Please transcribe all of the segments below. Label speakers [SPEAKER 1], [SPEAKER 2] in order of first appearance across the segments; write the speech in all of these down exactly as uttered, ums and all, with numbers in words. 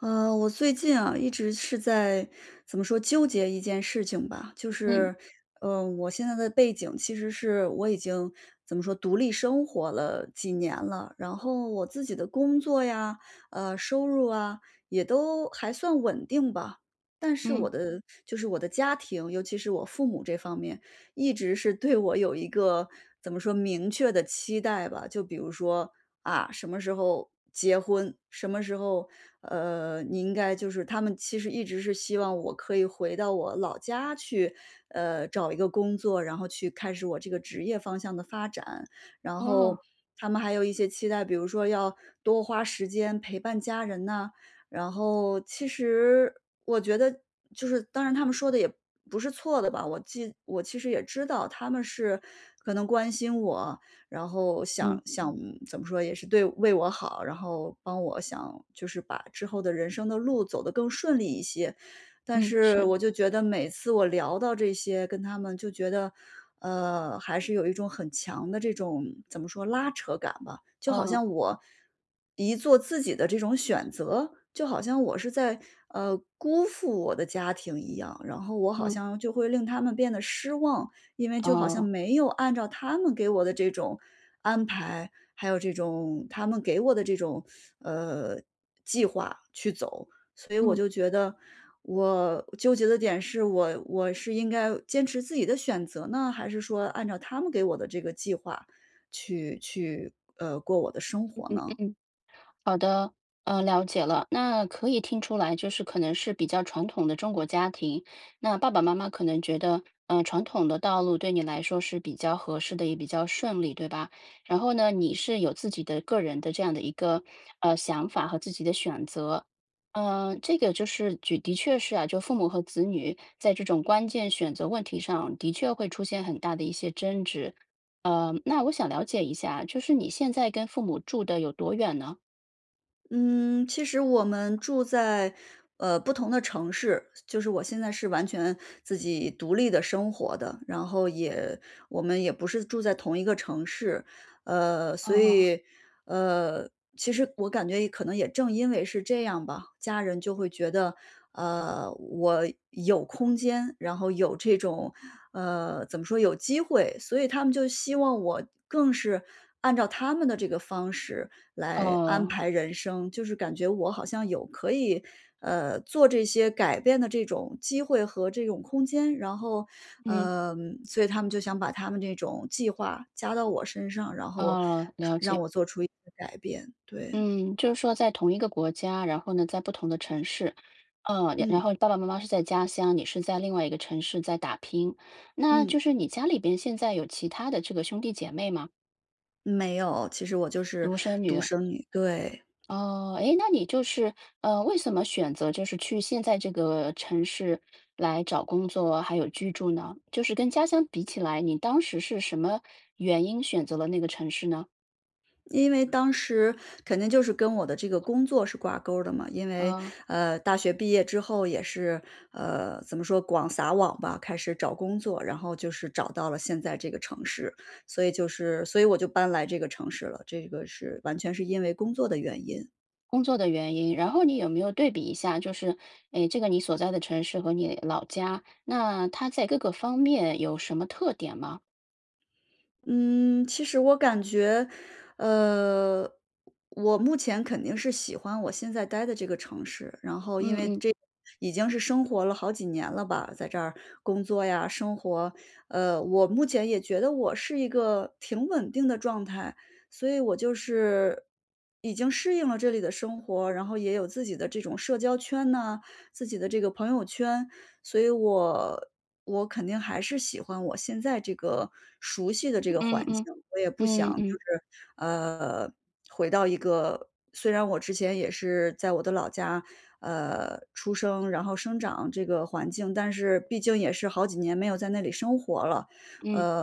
[SPEAKER 1] 呃，我最近啊，一直是在怎么说纠结一件事情吧，就
[SPEAKER 2] 嗯
[SPEAKER 1] 是，嗯、我现在的背景其实是我已经怎么说独立生活了几年了，然后我自己的工作呀，呃，收入啊，也都还算稳定吧。但是
[SPEAKER 2] 嗯，
[SPEAKER 1] 我的就是我的家庭，尤其是我父母这方面，一直是对我有一个怎么说明确的期待吧。就比如说，啊，什么时候结婚，什么时候，呃，你应该就是他们其实一直是希望我可以回到我老家去，呃，找一个工作，然后去开始我这个职业方向的发展。然后
[SPEAKER 2] 哦，
[SPEAKER 1] 他们还有一些期待，比如说要多花时间陪伴家人呐。然后其实我觉得就是当然他们说的也不是错的吧，我记我其实也知道他们是可能关心我，然后
[SPEAKER 2] 嗯
[SPEAKER 1] 想想怎么说，也是对为我好，然后帮我想就是把之后的人生的路走得更顺利一些。但
[SPEAKER 2] 嗯，
[SPEAKER 1] 是
[SPEAKER 2] 是，
[SPEAKER 1] 我就觉得每次我聊到这些，跟他们就觉得，呃，还是有一种很强的这种怎么说拉扯感吧，就好
[SPEAKER 2] 哦，
[SPEAKER 1] 像我一做自己的这种选择，就好像我是在呃辜负我的家庭一样，然后我好
[SPEAKER 2] 嗯，
[SPEAKER 1] 像就会令他们变得失望，因为就好像
[SPEAKER 2] 哦，
[SPEAKER 1] 没有按照他们给我的这种安排，还有这种他们给我的这种，呃，计划去走。所以我
[SPEAKER 2] 嗯
[SPEAKER 1] 就觉得我纠结的点是我我是应该坚持自己的选择呢，还是说按照他们给我的这个计划去去，呃，过我的生
[SPEAKER 2] 嗯
[SPEAKER 1] 活呢？
[SPEAKER 2] 嗯。好的，呃，了解了。那可以听出来，就是可能是比较传统的中国家庭，那爸爸妈妈可能觉得，呃，传统的道路对你来说是比较合适的，也比较顺利，对吧？然后呢，你是有自己的个人的这样的一个呃想法和自己的选择，呃，这个就是举的确是啊，就父母和子女在这种关键选择问题上，的确会出现很大的一些争执。呃，那我想了解一下，就是你现在跟父母住的有多远呢？
[SPEAKER 1] 嗯，其实我们住在，呃，不同的城市，就是我现在是完全自己独立的生活的，然后也我们也不是住在同一个城市，呃，所
[SPEAKER 2] 哦，
[SPEAKER 1] 以，呃，其实我感觉可能也正因为是这样吧，家人就会觉得，呃，我有空间，然后有这种，呃，怎么说，有机会，所以他们就希望我更是按照他们的这个方式，来安
[SPEAKER 2] 哦，
[SPEAKER 1] 排人生，就是感觉我好像有可以，呃，做这些改变的这种机会和这种空间，然后，
[SPEAKER 2] 嗯，
[SPEAKER 1] 嗯，所以他们就想把他们这种计划加到我身上，然后
[SPEAKER 2] 哦，
[SPEAKER 1] 看
[SPEAKER 2] 了
[SPEAKER 1] 让
[SPEAKER 2] 解。
[SPEAKER 1] 我做出一些改变，对，
[SPEAKER 2] 嗯，就是说在同一个国家，然后呢，在不同的城市，呃，然然
[SPEAKER 1] 嗯，
[SPEAKER 2] 后爸爸妈妈是在家乡，你是在另外一个城市在打拼。那
[SPEAKER 1] 嗯，
[SPEAKER 2] 就是你家里边现在有其他的这个兄弟姐妹吗？
[SPEAKER 1] 没有，其实我就是
[SPEAKER 2] 独生
[SPEAKER 1] 独
[SPEAKER 2] 女。
[SPEAKER 1] 生女，对。
[SPEAKER 2] 哦，诶，那你就是，呃，为什么选择就是去现在这个城市来找工作，还有居住呢？就是跟家乡比起来，你当时是什么原因选择了那个城市呢？
[SPEAKER 1] 因为当时肯定就是跟我的这个工作是挂钩儿的嘛，因为，
[SPEAKER 2] 啊、
[SPEAKER 1] 呃，大学毕业之后也是，呃，怎么说，广撒网吧，开始找工作，然后就是找到了现在这个城市，所以就是所以我就搬来这个城市了，这个是完全是因为工作的原因。
[SPEAKER 2] 工作的原因，然后你有没有对比一下，就是，诶，这个你所在的城市和你老家，那它在各个方面有什么特点吗？
[SPEAKER 1] 嗯，其实我感觉，呃，我目前肯定是喜欢我现在待的这个城市，然后因
[SPEAKER 2] 嗯
[SPEAKER 1] 为
[SPEAKER 2] 嗯
[SPEAKER 1] 这已经是生活了好几年了吧，在这儿工作呀，生活，呃，我目前也觉得我是一个挺稳定的状态，所以我就是已经适应了这里的生活，然后也有自己的这种社交圈呢，自己的这个朋友圈，所以我我肯定还是喜欢我现在这个熟悉的这个
[SPEAKER 2] 嗯
[SPEAKER 1] 环
[SPEAKER 2] 嗯
[SPEAKER 1] 境，我也不
[SPEAKER 2] 嗯
[SPEAKER 1] 想就
[SPEAKER 2] 嗯
[SPEAKER 1] 是，呃，回到一个虽然我之前也是在我的老家，呃，出生，然后生长这个环境，但是毕竟也是好几年没有在那里生活了，
[SPEAKER 2] 嗯，
[SPEAKER 1] 呃，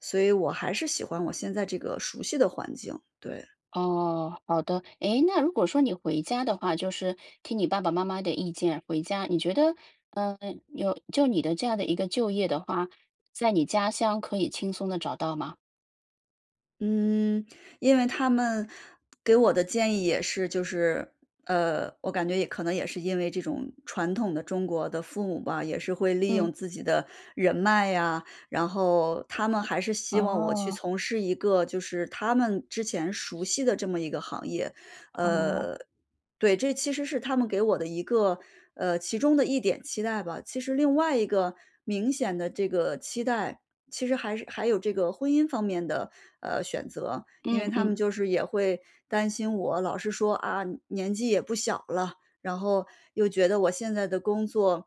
[SPEAKER 1] 所以我还是喜欢我现在这个熟悉的环境，对。
[SPEAKER 2] 哦，好的。诶，那如果说你回家的话，就是听你爸爸妈妈的意见回家，你觉得，嗯、有就你的这样的一个就业的话，在你家乡可以轻松的找到吗？
[SPEAKER 1] 嗯，因为他们给我的建议也是就是，呃，我感觉也可能也是因为这种传统的中国的父母吧，也是会利
[SPEAKER 2] 嗯，
[SPEAKER 1] 用自己的人脉呀，然后他们还是希望我去
[SPEAKER 2] 哦
[SPEAKER 1] 从事一个就是他们之前熟悉的这么一个行业，
[SPEAKER 2] 哦，
[SPEAKER 1] 呃，对，这其实是他们给我的一个，呃，其中的一点期待吧。其实另外一个明显的这个期待，其实还是还有这个婚姻方面的，呃，选择。因为
[SPEAKER 2] 嗯
[SPEAKER 1] 他
[SPEAKER 2] 嗯
[SPEAKER 1] 们就是也会担心我，老是说："啊，年纪也不小了。"然后又觉得我现在的工作，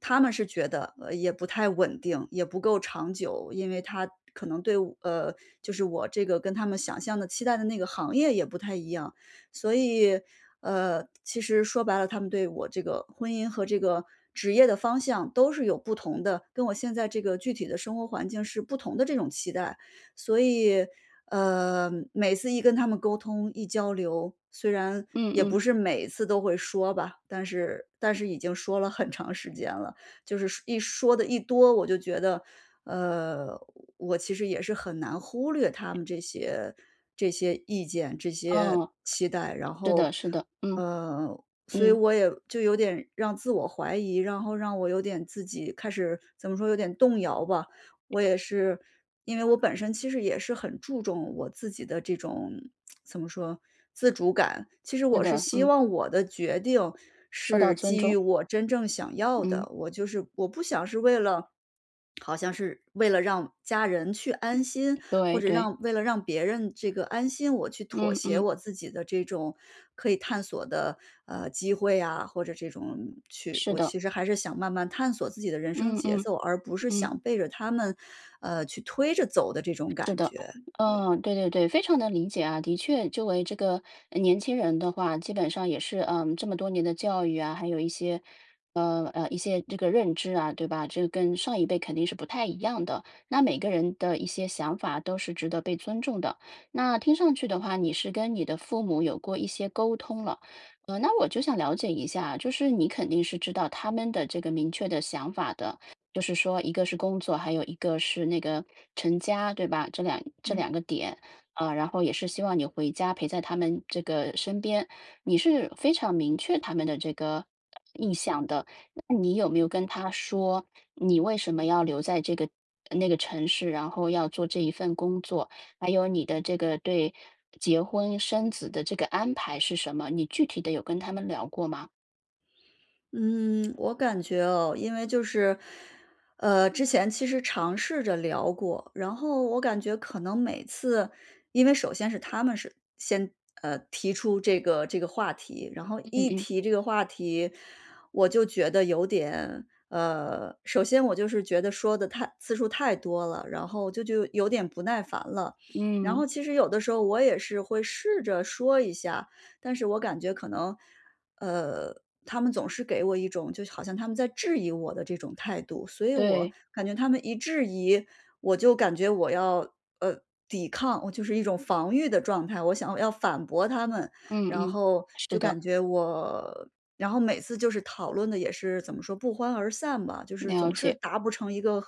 [SPEAKER 1] 他们是觉得，呃，也不太稳定，也不够长久。因为他可能对我呃，就是我这个跟他们想象的期待的那个行业也不太一样。所以，呃，其实说白了，他们对我这个婚姻和这个职业的方向都是有不同的，跟我现在这个具体的生活环境是不同的这种期待。所以，呃，每次一跟他们沟通、一交流，虽然
[SPEAKER 2] 嗯
[SPEAKER 1] 也
[SPEAKER 2] 嗯，
[SPEAKER 1] 不是每次都会说吧，但是但是已经说了很长时间了。就是一说的一多，我就觉得，呃，我其实也是很难忽略他们这些这些意见、这些
[SPEAKER 2] 哦，
[SPEAKER 1] 期待。然
[SPEAKER 2] 是
[SPEAKER 1] 后，
[SPEAKER 2] 的，是的，嗯
[SPEAKER 1] 呃，所以
[SPEAKER 2] 嗯。
[SPEAKER 1] 我也就有点让自我怀疑，然后让我有点自己开始怎么说，有点动摇吧。我也是因为我本身其实也是很注重我自己的这种怎么说，自主感。其实
[SPEAKER 2] 是
[SPEAKER 1] 我是
[SPEAKER 2] 的，
[SPEAKER 1] 希
[SPEAKER 2] 嗯，
[SPEAKER 1] 望我的决定
[SPEAKER 2] 受到
[SPEAKER 1] 是
[SPEAKER 2] 尊
[SPEAKER 1] 基于
[SPEAKER 2] 重，
[SPEAKER 1] 我真正想要
[SPEAKER 2] 嗯，
[SPEAKER 1] 的，我就是我不想是为了好像是为了让家人去安心，或
[SPEAKER 2] 对
[SPEAKER 1] 者
[SPEAKER 2] 对，
[SPEAKER 1] 让为了让别人这个安心，我去妥
[SPEAKER 2] 嗯
[SPEAKER 1] 协
[SPEAKER 2] 嗯，
[SPEAKER 1] 我自己的这种可以探索的，呃，机会啊，或者这种去
[SPEAKER 2] 是
[SPEAKER 1] 我
[SPEAKER 2] 的，
[SPEAKER 1] 其实还是想慢慢探索自己的人生
[SPEAKER 2] 嗯
[SPEAKER 1] 节
[SPEAKER 2] 嗯
[SPEAKER 1] 奏，而不是
[SPEAKER 2] 嗯。
[SPEAKER 1] 想背着他们，呃，去推着走的这种
[SPEAKER 2] 是
[SPEAKER 1] 感
[SPEAKER 2] 的，
[SPEAKER 1] 觉，对。
[SPEAKER 2] 嗯，对对对，非常能理解啊。的确，作为这个呃年轻人的话，基本上也是嗯，这么多年的教育啊，还有一些呃呃一些这个认知啊，对吧？这个跟上一辈肯定是不太一样的。那每个人的一些想法都是值得被尊重的。那听上去的话，你是跟你的父母有过一些沟通了，呃，那我就想了解一下，就是你肯定是知道他们的这个明确的想法的。就是说一个是工作，还有一个是那个成家，对吧？这两这
[SPEAKER 1] 嗯。
[SPEAKER 2] 两个点，啊，然后也是希望你回家陪在他们这个身边，你是非常明确他们的这个意向的。那你有没有跟他说，你为什么要留在这个那个城市，然后要做这一份工作？还有你的这个对结婚生子的这个安排是什么？你具体的有跟他们聊过吗？
[SPEAKER 1] 嗯，我感觉哦，因为就是，呃，之前其实尝试着聊过，然后我感觉可能每次，因为首先是他们是先呃提出这个这个话题，然后
[SPEAKER 2] 嗯
[SPEAKER 1] 一
[SPEAKER 2] 嗯
[SPEAKER 1] 提这个话题，我就觉得有点呃，首先我就是觉得说的太次数太多了，然后就就有点不耐烦了。然
[SPEAKER 2] 嗯，
[SPEAKER 1] 后其实有的时候我也是会试着说一下，但是我感觉可能呃，他们总是给我一种就好像他们在质疑我的这种态度，所以我
[SPEAKER 2] 对，
[SPEAKER 1] 感觉他们一质疑，我就感觉我要呃抵抗，我就是一种防御的状态，我想要反驳他们，
[SPEAKER 2] 嗯
[SPEAKER 1] 然
[SPEAKER 2] 嗯，
[SPEAKER 1] 后
[SPEAKER 2] 是
[SPEAKER 1] 就
[SPEAKER 2] 的。
[SPEAKER 1] 感觉我，然后每次就是讨论的也是怎么说不欢而散吧，就是
[SPEAKER 2] 了
[SPEAKER 1] 总是
[SPEAKER 2] 解，
[SPEAKER 1] 达不成一个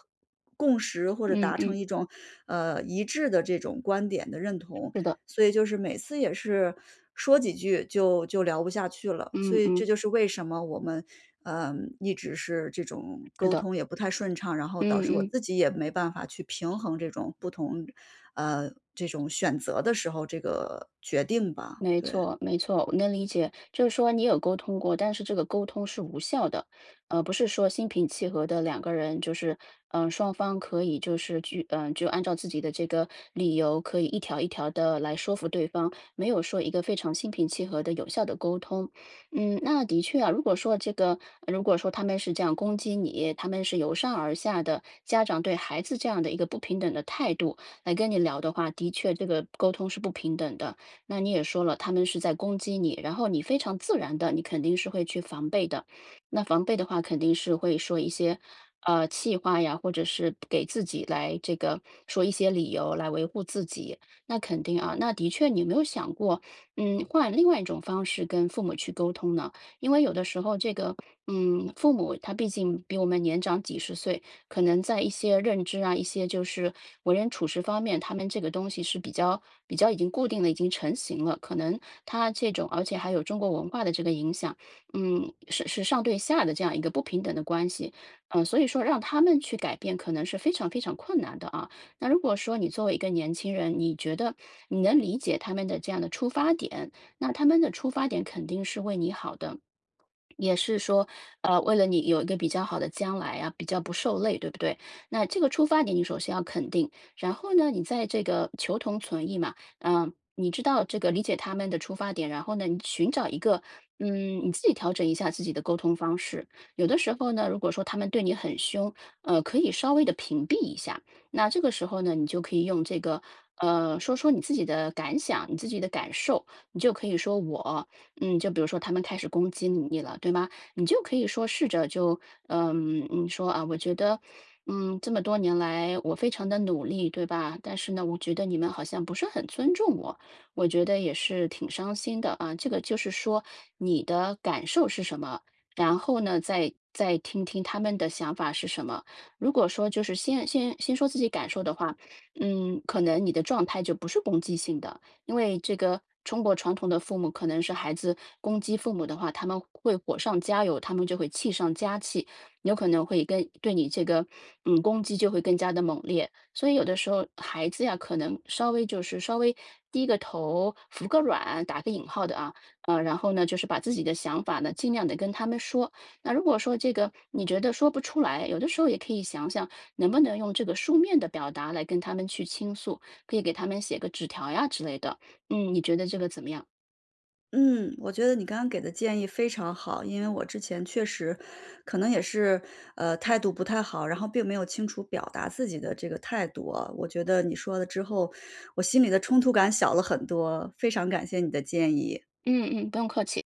[SPEAKER 1] 共识或者
[SPEAKER 2] 嗯
[SPEAKER 1] 达成
[SPEAKER 2] 嗯，
[SPEAKER 1] 一种呃一致的这种观点的认同，
[SPEAKER 2] 是的，
[SPEAKER 1] 所以就是每次也是说几句就就聊不下去了，所
[SPEAKER 2] 嗯
[SPEAKER 1] 以这
[SPEAKER 2] 嗯，
[SPEAKER 1] 就是为什么我们，嗯一直是这种
[SPEAKER 2] 是
[SPEAKER 1] 沟
[SPEAKER 2] 的，
[SPEAKER 1] 通也不太顺畅，然后导致我
[SPEAKER 2] 嗯嗯。
[SPEAKER 1] 自己也没办法去平衡这种不同，呃，这种选择的时候这个决定吧，
[SPEAKER 2] 没
[SPEAKER 1] 对。
[SPEAKER 2] 错，没错，我能理解。就是说你有沟通过，但是这个沟通是无效的，呃，不是说心平气和的两个人，就是，嗯、双方可以就是去，嗯、就按照自己的这个理由，可以一条一条的来说服对方，没有说一个非常心平气和的有效的沟通。嗯，那的确啊，如果说这个，如果说他们是这样攻击你，他们是由上而下的家长对孩子这样的一个不平等的态度来跟你聊的话，的确这个沟通是不平等的。那你也说了，他们是在攻击你，然后你非常自然的，你肯定是会去防备的。那防备的话，肯定是会说一些呃气话呀，或者是给自己来这个说一些理由来维护自己。那肯定啊，那的确，你有没有想过，嗯，换另外一种方式跟父母去沟通呢？因为有的时候这个，嗯，父母他毕竟比我们年长几十岁，可能在一些认知啊，一些就是为人处事方面，他们这个东西是比较比较已经固定的，已经成型了。可能他这种，而且还有中国文化的这个影响，嗯，是是上对下的这样一个不平等的关系，嗯、所以说让他们去改变，可能是非常非常困难的啊。那如果说你作为一个年轻人，你觉得你能理解他们的这样的出发点，那他们的出发点肯定是为你好的。也是说，呃，为了你有一个比较好的将来啊，比较不受累，对不对？那这个出发点你首先要肯定，然后呢，你在这个求同存异嘛，嗯、你知道这个理解他们的出发点，然后呢，你寻找一个，嗯，你自己调整一下自己的沟通方式。有的时候呢，如果说他们对你很凶，呃，可以稍微的屏蔽一下。那这个时候呢，你就可以用这个，呃，说说你自己的感想，你自己的感受，你就可以说我。嗯，就比如说他们开始攻击你了，对吗？你就可以说试着就，嗯，你说啊，我觉得，嗯，这么多年来我非常的努力，对吧？但是呢，我觉得你们好像不是很尊重我，我觉得也是挺伤心的啊。这个就是说你的感受是什么，然后呢，再再听听他们的想法是什么。如果说就是先先先说自己感受的话，嗯，可能你的状态就不是攻击性的。因为这个中国传统的父母可能是孩子攻击父母的话，他们会火上加油，他们就会气上加气，有可能会跟对你这个嗯攻击就会更加的猛烈。所以有的时候孩子呀，可能稍微就是稍微低个头，服个软，打个引号的啊，呃，然后呢，就是把自己的想法呢，尽量的跟他们说。那如果说这个你觉得说不出来，有的时候也可以想想能不能用这个书面的表达来跟他们去倾诉，可以给他们写个纸条呀之类的。嗯，你觉得这个怎么样？
[SPEAKER 1] 嗯，我觉得你刚刚给的建议非常好，因为我之前确实可能也是，呃，态度不太好，然后并没有清楚表达自己的这个态度啊。我觉得你说了之后，我心里的冲突感小了很多，非常感谢你的建议。
[SPEAKER 2] 嗯嗯，不用客气。